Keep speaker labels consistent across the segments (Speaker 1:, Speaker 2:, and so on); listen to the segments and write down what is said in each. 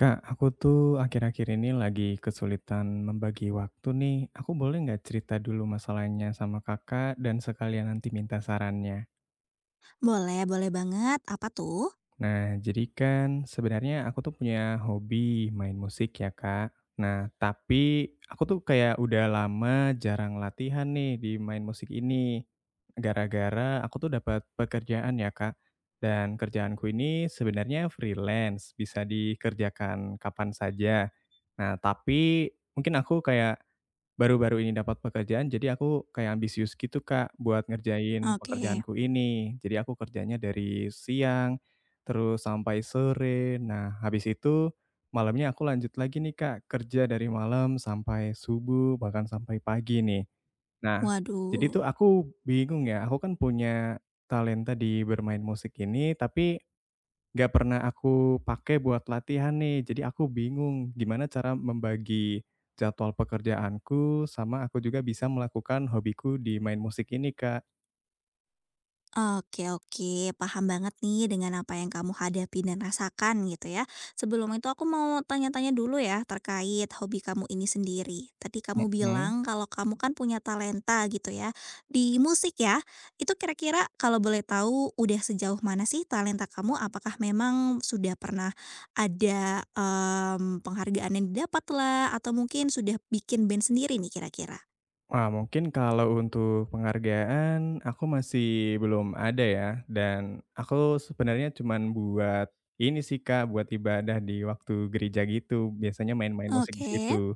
Speaker 1: Kak, aku tuh akhir-akhir ini lagi kesulitan membagi waktu nih. Aku boleh nggak cerita dulu masalahnya sama kakak dan sekalian nanti minta sarannya?
Speaker 2: Boleh boleh banget, apa tuh?
Speaker 1: Nah, jadi kan sebenarnya aku tuh punya hobi main musik ya, Kak. Nah, tapi aku tuh kayak udah lama jarang latihan nih di main musik ini. Gara-gara aku tuh dapat pekerjaan ya, Kak. Dan kerjaanku ini sebenarnya freelance, bisa dikerjakan kapan saja. Nah, tapi mungkin aku baru-baru ini dapat pekerjaan, jadi aku kayak ambisius gitu, Kak, buat ngerjain
Speaker 2: Oke.
Speaker 1: pekerjaanku ini. Jadi aku kerjanya dari siang, terus sampai sore. Nah, habis itu malamnya aku lanjut lagi nih, Kak, kerja dari malam sampai subuh, bahkan sampai pagi nih. Nah, jadi
Speaker 2: Waduh.
Speaker 1: tuh aku bingung ya, aku kan punya talenta di bermain musik ini, tapi nggak pernah aku pakai buat latihan nih, jadi aku bingung gimana cara membagi jadwal pekerjaanku sama aku juga bisa melakukan hobiku di main musik ini, Kak.
Speaker 2: Oke oke, paham banget nih dengan apa yang kamu hadapi dan rasakan gitu ya. Sebelum itu aku mau tanya-tanya dulu ya terkait hobi kamu ini sendiri. Tadi kamu
Speaker 1: Mhm.
Speaker 2: bilang kalau kamu kan punya talenta gitu ya, di musik ya. Itu kira-kira kalau boleh tahu udah sejauh mana sih talenta kamu? Apakah memang sudah pernah ada, penghargaan yang didapat lah atau mungkin sudah bikin band sendiri nih kira-kira?
Speaker 1: Wah, mungkin kalau untuk penghargaan aku masih belum ada ya, dan aku sebenarnya cuman buat ini sih, Kak, buat ibadah di waktu gereja gitu, biasanya main-main musik di
Speaker 2: Oke,
Speaker 1: situ.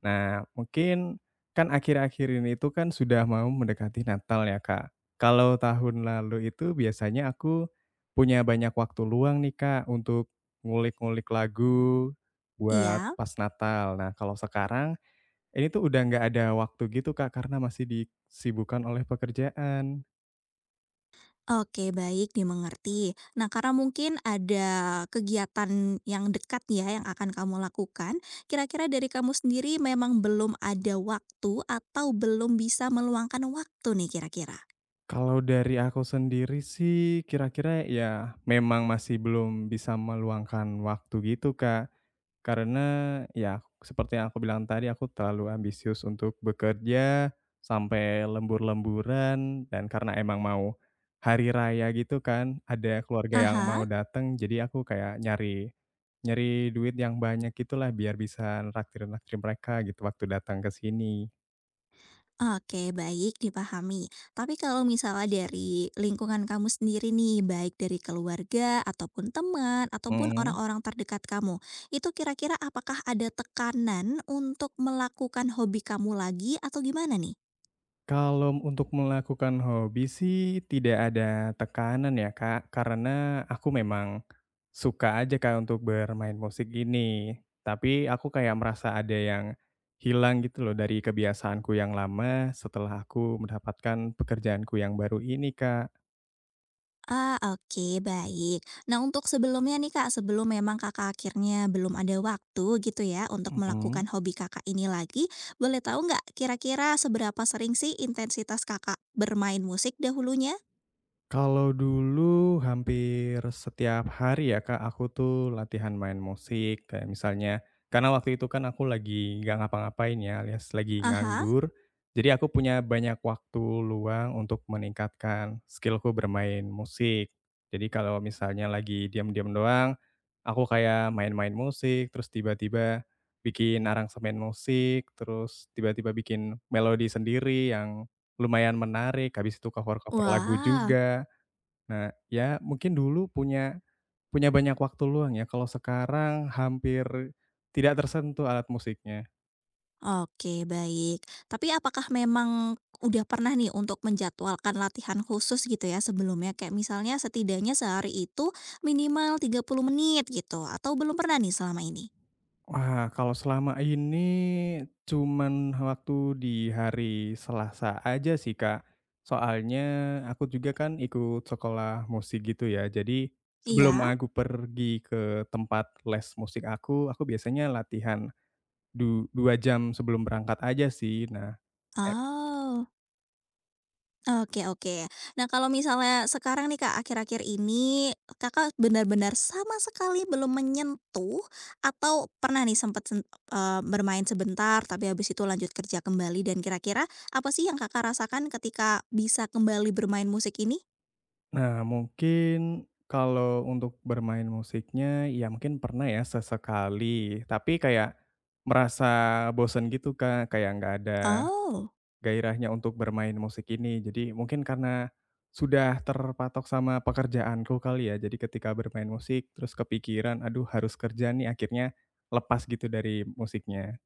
Speaker 1: Nah, mungkin kan akhir-akhir ini itu kan sudah mau mendekati Natal ya, Kak. Kalau tahun lalu itu biasanya aku punya banyak waktu luang nih, Kak, untuk ngulik-ngulik lagu buat
Speaker 2: iya.
Speaker 1: pas Natal. Nah, kalau sekarang ini tuh udah nggak ada waktu gitu, Kak, karena masih disibukkan oleh pekerjaan.
Speaker 2: Oke, baik dimengerti. Nah, karena mungkin ada kegiatan yang dekat ya yang akan kamu lakukan, kira-kira dari kamu sendiri memang belum ada waktu atau belum bisa meluangkan waktu nih kira-kira?
Speaker 1: Kalau dari aku sendiri sih kira-kira ya memang masih belum bisa meluangkan waktu gitu, Kak. Karena ya seperti yang aku bilang tadi aku terlalu ambisius untuk bekerja sampai lembur-lemburan, dan karena emang mau hari raya gitu kan, ada keluarga yang mau
Speaker 2: Aha.
Speaker 1: datang jadi aku kayak nyari nyari duit yang banyak gitulah biar bisa naktir-naktir mereka gitu waktu datang ke sini.
Speaker 2: Oke, baik dipahami. Tapi kalau misalnya dari lingkungan kamu sendiri nih, baik dari keluarga ataupun teman ataupun
Speaker 1: Mhm.
Speaker 2: orang-orang terdekat kamu, itu kira-kira apakah ada tekanan untuk melakukan hobi kamu lagi atau gimana nih?
Speaker 1: Kalau untuk melakukan hobi sih tidak ada tekanan ya, Kak, karena aku memang suka aja, Kak, untuk bermain musik ini. Tapi aku kayak merasa ada yang hilang gitu loh dari kebiasaanku yang lama setelah aku mendapatkan pekerjaanku yang baru ini, Kak.
Speaker 2: Ah, oke, baik. Nah, untuk sebelumnya nih Kak, sebelum memang Kakak akhirnya belum ada waktu gitu ya untuk
Speaker 1: Mhm.
Speaker 2: melakukan hobi Kakak ini lagi, boleh tahu nggak kira-kira seberapa sering sih intensitas Kakak bermain musik dahulunya?
Speaker 1: Kalau dulu hampir setiap hari ya Kak, aku tuh latihan main musik, kayak misalnya karena waktu itu kan aku lagi nggak ngapa-ngapain ya, alias lagi
Speaker 2: Aha.
Speaker 1: nganggur. Jadi aku punya banyak waktu luang untuk meningkatkan skillku bermain musik. Jadi kalau misalnya lagi diam-diam doang, aku kayak main-main musik, terus tiba-tiba bikin aransemen musik, terus tiba-tiba bikin melodi sendiri yang lumayan menarik, habis itu cover-cover lagu
Speaker 2: Wah,
Speaker 1: juga. Nah, ya mungkin dulu punya punya banyak waktu luang ya, kalau sekarang hampir tidak tersentuh alat musiknya.
Speaker 2: oke baik. Tapi apakah memang udah pernah nih untuk menjadwalkan latihan khusus gitu ya sebelumnya? Kayak misalnya setidaknya sehari itu minimal 30 menit gitu, atau belum pernah nih selama ini?
Speaker 1: Wah, kalau selama ini cuman waktu di hari Selasa aja sih, Kak. Soalnya aku juga kan ikut sekolah musik gitu ya, jadi sebelum
Speaker 2: Iya?
Speaker 1: aku pergi ke tempat les musik aku biasanya latihan 2 jam sebelum berangkat aja sih. Nah, ya.
Speaker 2: Oh. Oke oke. Nah, kalau misalnya sekarang nih, Kak, akhir-akhir ini Kakak benar-benar sama sekali belum menyentuh atau pernah nih sempat bermain sebentar tapi habis itu lanjut kerja kembali dan kira-kira apa sih yang Kakak rasakan ketika bisa kembali bermain musik ini?
Speaker 1: Nah, mungkin kalau untuk bermain musiknya, ya mungkin pernah ya sesekali, tapi kayak merasa bosen gitu, Kak, kayak nggak ada
Speaker 2: Oh.
Speaker 1: gairahnya untuk bermain musik ini. Jadi mungkin karena sudah terpatok sama pekerjaanku kali ya, jadi ketika bermain musik terus kepikiran, "Aduh harus kerja nih," akhirnya lepas gitu dari musiknya.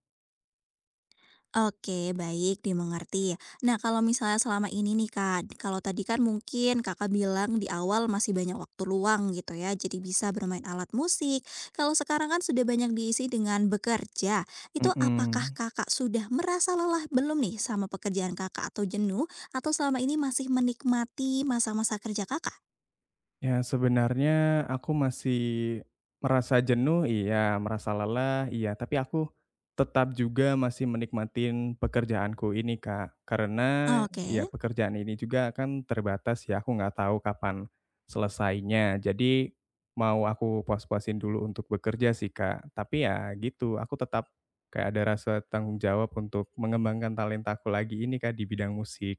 Speaker 2: Oke, baik, dimengerti. Nah, kalau misalnya selama ini nih Kak, kalau tadi kan mungkin Kakak bilang di awal masih banyak waktu luang gitu ya, jadi bisa bermain alat musik. Kalau sekarang kan sudah banyak diisi dengan bekerja, itu apakah
Speaker 1: Mhm.
Speaker 2: Kakak sudah merasa lelah belum nih sama pekerjaan Kakak atau jenuh, atau selama ini masih menikmati masa-masa kerja Kakak?
Speaker 1: Ya, sebenarnya aku masih merasa jenuh, iya, merasa lelah, iya, tapi aku tetap juga masih menikmatin pekerjaanku ini, Kak. Karena ya
Speaker 2: Oke.
Speaker 1: pekerjaan ini juga kan terbatas ya, aku nggak tahu kapan selesainya. Jadi mau aku puas-puasin dulu untuk bekerja sih, Kak. Tapi ya gitu, aku tetap kayak ada rasa tanggung jawab untuk mengembangkan talentaku lagi ini, Kak, di bidang musik.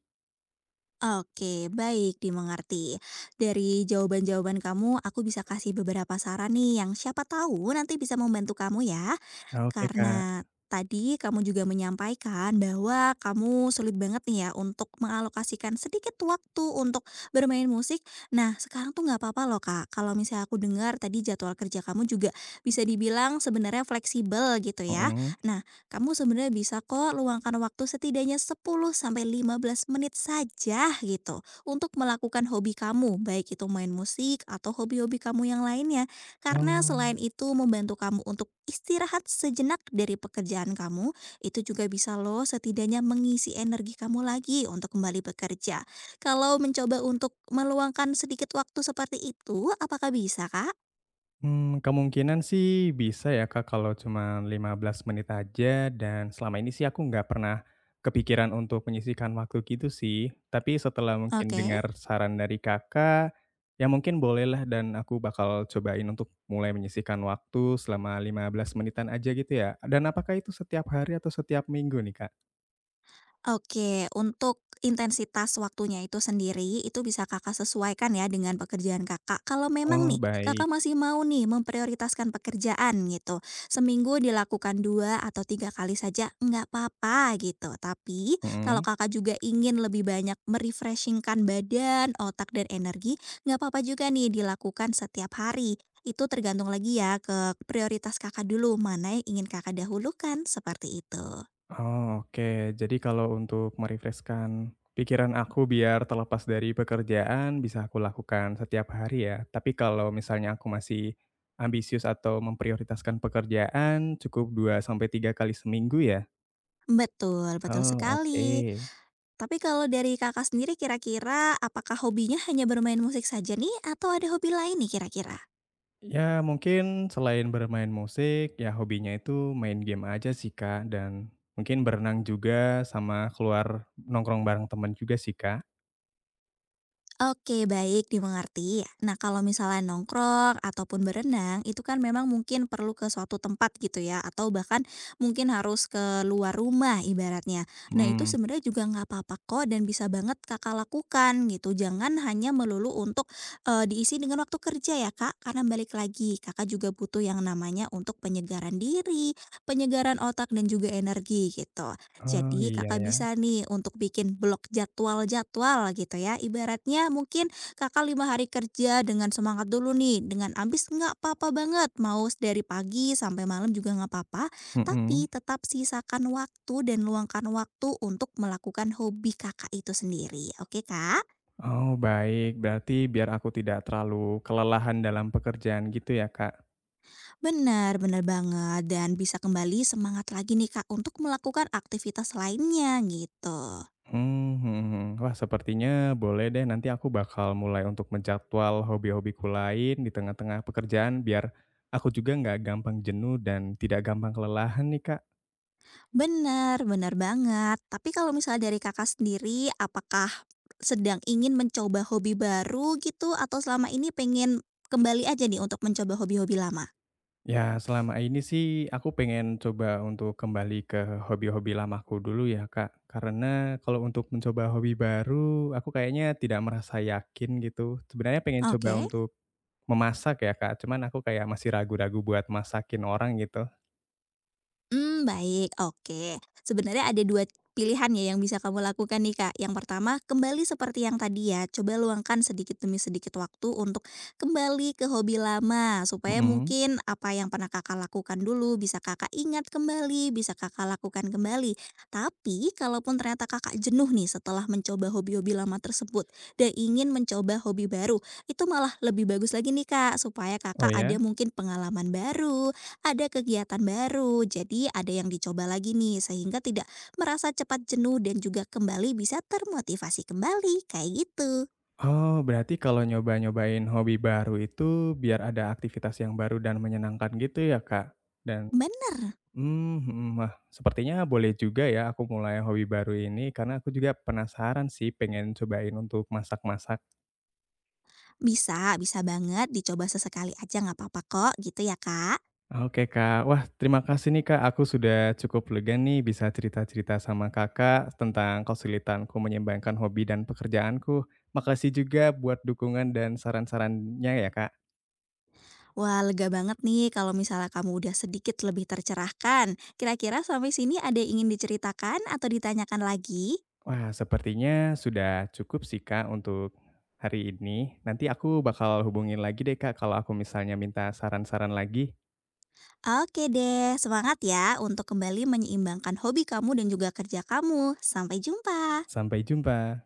Speaker 2: Oke, baik, dimengerti. Dari jawaban-jawaban kamu, aku bisa kasih beberapa saran nih yang siapa tahu nanti bisa membantu kamu ya.
Speaker 1: Oke, Kak.
Speaker 2: Karena tadi kamu juga menyampaikan bahwa kamu sulit banget nih ya untuk mengalokasikan sedikit waktu untuk bermain musik. Nah, sekarang tuh nggak apa-apa loh Kak. Kalau misalnya aku dengar tadi jadwal kerja kamu juga bisa dibilang sebenarnya fleksibel gitu ya.
Speaker 1: Mhm.
Speaker 2: Nah, kamu sebenarnya bisa kok luangkan waktu setidaknya 10 sampai 15 menit saja gitu untuk melakukan hobi kamu, baik itu main musik atau hobi-hobi kamu yang lainnya. Karena
Speaker 1: Oh.
Speaker 2: selain itu membantu kamu untuk istirahat sejenak dari pekerjaan kamu, itu juga bisa loh setidaknya mengisi energi kamu lagi untuk kembali bekerja. Kalau mencoba untuk meluangkan sedikit waktu seperti itu, apakah bisa, Kak?
Speaker 1: Kemungkinan sih bisa ya, Kak, kalau cuma 15 menit aja dan selama ini sih aku nggak pernah kepikiran untuk menyisihkan waktu gitu sih. Tapi setelah mungkin
Speaker 2: Oke.
Speaker 1: dengar saran dari Kakak, ya mungkin bolehlah dan aku bakal cobain untuk mulai menyisihkan waktu selama 15 menitan aja gitu ya? Dan apakah itu setiap hari atau setiap minggu nih, Kak?
Speaker 2: Oke, untuk intensitas waktunya itu sendiri, itu bisa Kakak sesuaikan ya dengan pekerjaan Kakak. Kalau memang
Speaker 1: Oh,
Speaker 2: nih,
Speaker 1: baik.
Speaker 2: Kakak masih mau nih memprioritaskan pekerjaan gitu, seminggu dilakukan 2 atau 3 kali saja nggak apa-apa gitu. Tapi kalau
Speaker 1: Mhm.
Speaker 2: Kakak juga ingin lebih banyak badan, otak, dan energi, nggak apa-apa juga nih dilakukan setiap hari. Itu tergantung lagi ya ke prioritas Kakak dulu, mana yang ingin Kakak dahulukan, seperti itu.
Speaker 1: Oh, oke. Jadi kalau untuk merefreshkan pikiran aku biar terlepas dari pekerjaan bisa aku lakukan setiap hari ya. Tapi kalau misalnya aku masih ambisius atau memprioritaskan pekerjaan cukup 2 sampai 3 kali seminggu ya?
Speaker 2: Betul, betul
Speaker 1: Oh, oke.
Speaker 2: sekali. Tapi kalau dari Kakak sendiri kira-kira apakah hobinya hanya bermain musik saja nih atau ada hobi lain nih kira-kira?
Speaker 1: Ya mungkin selain bermain musik, ya hobinya itu main game aja sih, Kak, dan mungkin berenang juga sama keluar nongkrong bareng teman juga sih, Kak.
Speaker 2: Oke, baik, dimengerti. Nah, kalau misalnya nongkrong ataupun berenang, itu kan memang mungkin perlu ke suatu tempat gitu ya, atau bahkan mungkin harus ke luar rumah ibaratnya. Nah, itu
Speaker 1: Hmm.
Speaker 2: sebenarnya juga nggak apa-apa kok dan bisa banget Kakak lakukan gitu. Jangan hanya melulu untuk diisi dengan waktu kerja ya, Kak, karena balik lagi, Kakak juga butuh yang namanya untuk penyegaran diri, penyegaran otak dan juga energi gitu.
Speaker 1: Oh,
Speaker 2: Jadi
Speaker 1: iya
Speaker 2: Kakak
Speaker 1: ya.
Speaker 2: bisa nih untuk bikin blok jadwal-jadwal gitu ya. Ibaratnya mungkin Kakak 5 hari kerja dengan semangat dulu nih, dengan ambis nggak apa-apa banget, mau dari pagi sampai malam juga nggak apa-apa, tapi
Speaker 1: Mhm.
Speaker 2: tetap sisakan waktu dan luangkan waktu untuk melakukan hobi Kakak itu sendiri. Oke Kak?
Speaker 1: Oh, baik. Berarti biar aku tidak terlalu kelelahan dalam pekerjaan gitu ya, Kak?
Speaker 2: Benar, benar banget. Dan bisa kembali semangat lagi nih Kak untuk melakukan aktivitas lainnya gitu.
Speaker 1: Mhm mhm. Wah, sepertinya boleh deh nanti aku bakal mulai untuk menjadwal hobi-hobiku lain di tengah-tengah pekerjaan biar aku juga nggak gampang jenuh dan tidak gampang kelelahan nih, Kak.
Speaker 2: Benar benar banget. Tapi kalau misalnya dari Kakak sendiri, apakah sedang ingin mencoba hobi baru gitu, atau selama ini pengen kembali aja nih untuk mencoba hobi-hobi lama?
Speaker 1: Ya, selama ini sih aku pengen coba untuk kembali ke hobi-hobi lamaku dulu ya, Kak. Karena kalau untuk mencoba hobi baru, aku kayaknya tidak merasa yakin gitu. Sebenarnya pengen coba
Speaker 2: Oke.
Speaker 1: untuk memasak ya, Kak, cuman aku kayak masih ragu-ragu buat masakin orang gitu.
Speaker 2: Hmm baik, oke. Sebenarnya ada 2 pilihan ya yang bisa kamu lakukan nih, Kak. Yang pertama, kembali seperti yang tadi ya, coba luangkan sedikit demi sedikit waktu untuk kembali ke hobi lama, supaya
Speaker 1: Mhm.
Speaker 2: mungkin apa yang pernah Kakak lakukan dulu bisa Kakak ingat kembali, bisa Kakak lakukan kembali. Tapi kalaupun ternyata Kakak jenuh nih setelah mencoba hobi-hobi lama tersebut dan ingin mencoba hobi baru, itu malah lebih bagus lagi nih, Kak, supaya
Speaker 1: Oh
Speaker 2: Kakak
Speaker 1: ya?
Speaker 2: ada mungkin pengalaman baru, ada kegiatan baru, jadi ada yang dicoba lagi nih sehingga tidak merasa cepat jenuh dan juga kembali bisa termotivasi kembali, kayak gitu.
Speaker 1: Oh, berarti kalau nyoba-nyobain hobi baru itu biar ada aktivitas yang baru dan menyenangkan gitu ya, Kak? Dan
Speaker 2: Bener,
Speaker 1: mhm, wah sepertinya boleh juga ya aku mulai hobi baru ini, karena aku juga penasaran sih pengen cobain untuk masak-masak.
Speaker 2: bisa, bisa banget dicoba sesekali aja nggak apa-apa kok gitu ya Kak.
Speaker 1: Oke Kak, wah terima kasih nih Kak, aku sudah cukup lega nih bisa cerita-cerita sama Kakak tentang kesulitanku menyeimbangkan hobi dan pekerjaanku. Makasih juga buat dukungan dan saran-sarannya ya Kak.
Speaker 2: Wah lega banget nih kalau misalnya kamu udah sedikit lebih tercerahkan. Kira-kira sampai sini ada yang ingin diceritakan atau ditanyakan lagi?
Speaker 1: Wah sepertinya sudah cukup sih Kak untuk hari ini. Nanti aku bakal hubungin lagi deh Kak kalau aku misalnya minta saran-saran lagi.
Speaker 2: Oke deh, semangat ya untuk kembali menyeimbangkan hobi kamu dan juga kerja kamu. Sampai jumpa.
Speaker 1: Sampai jumpa.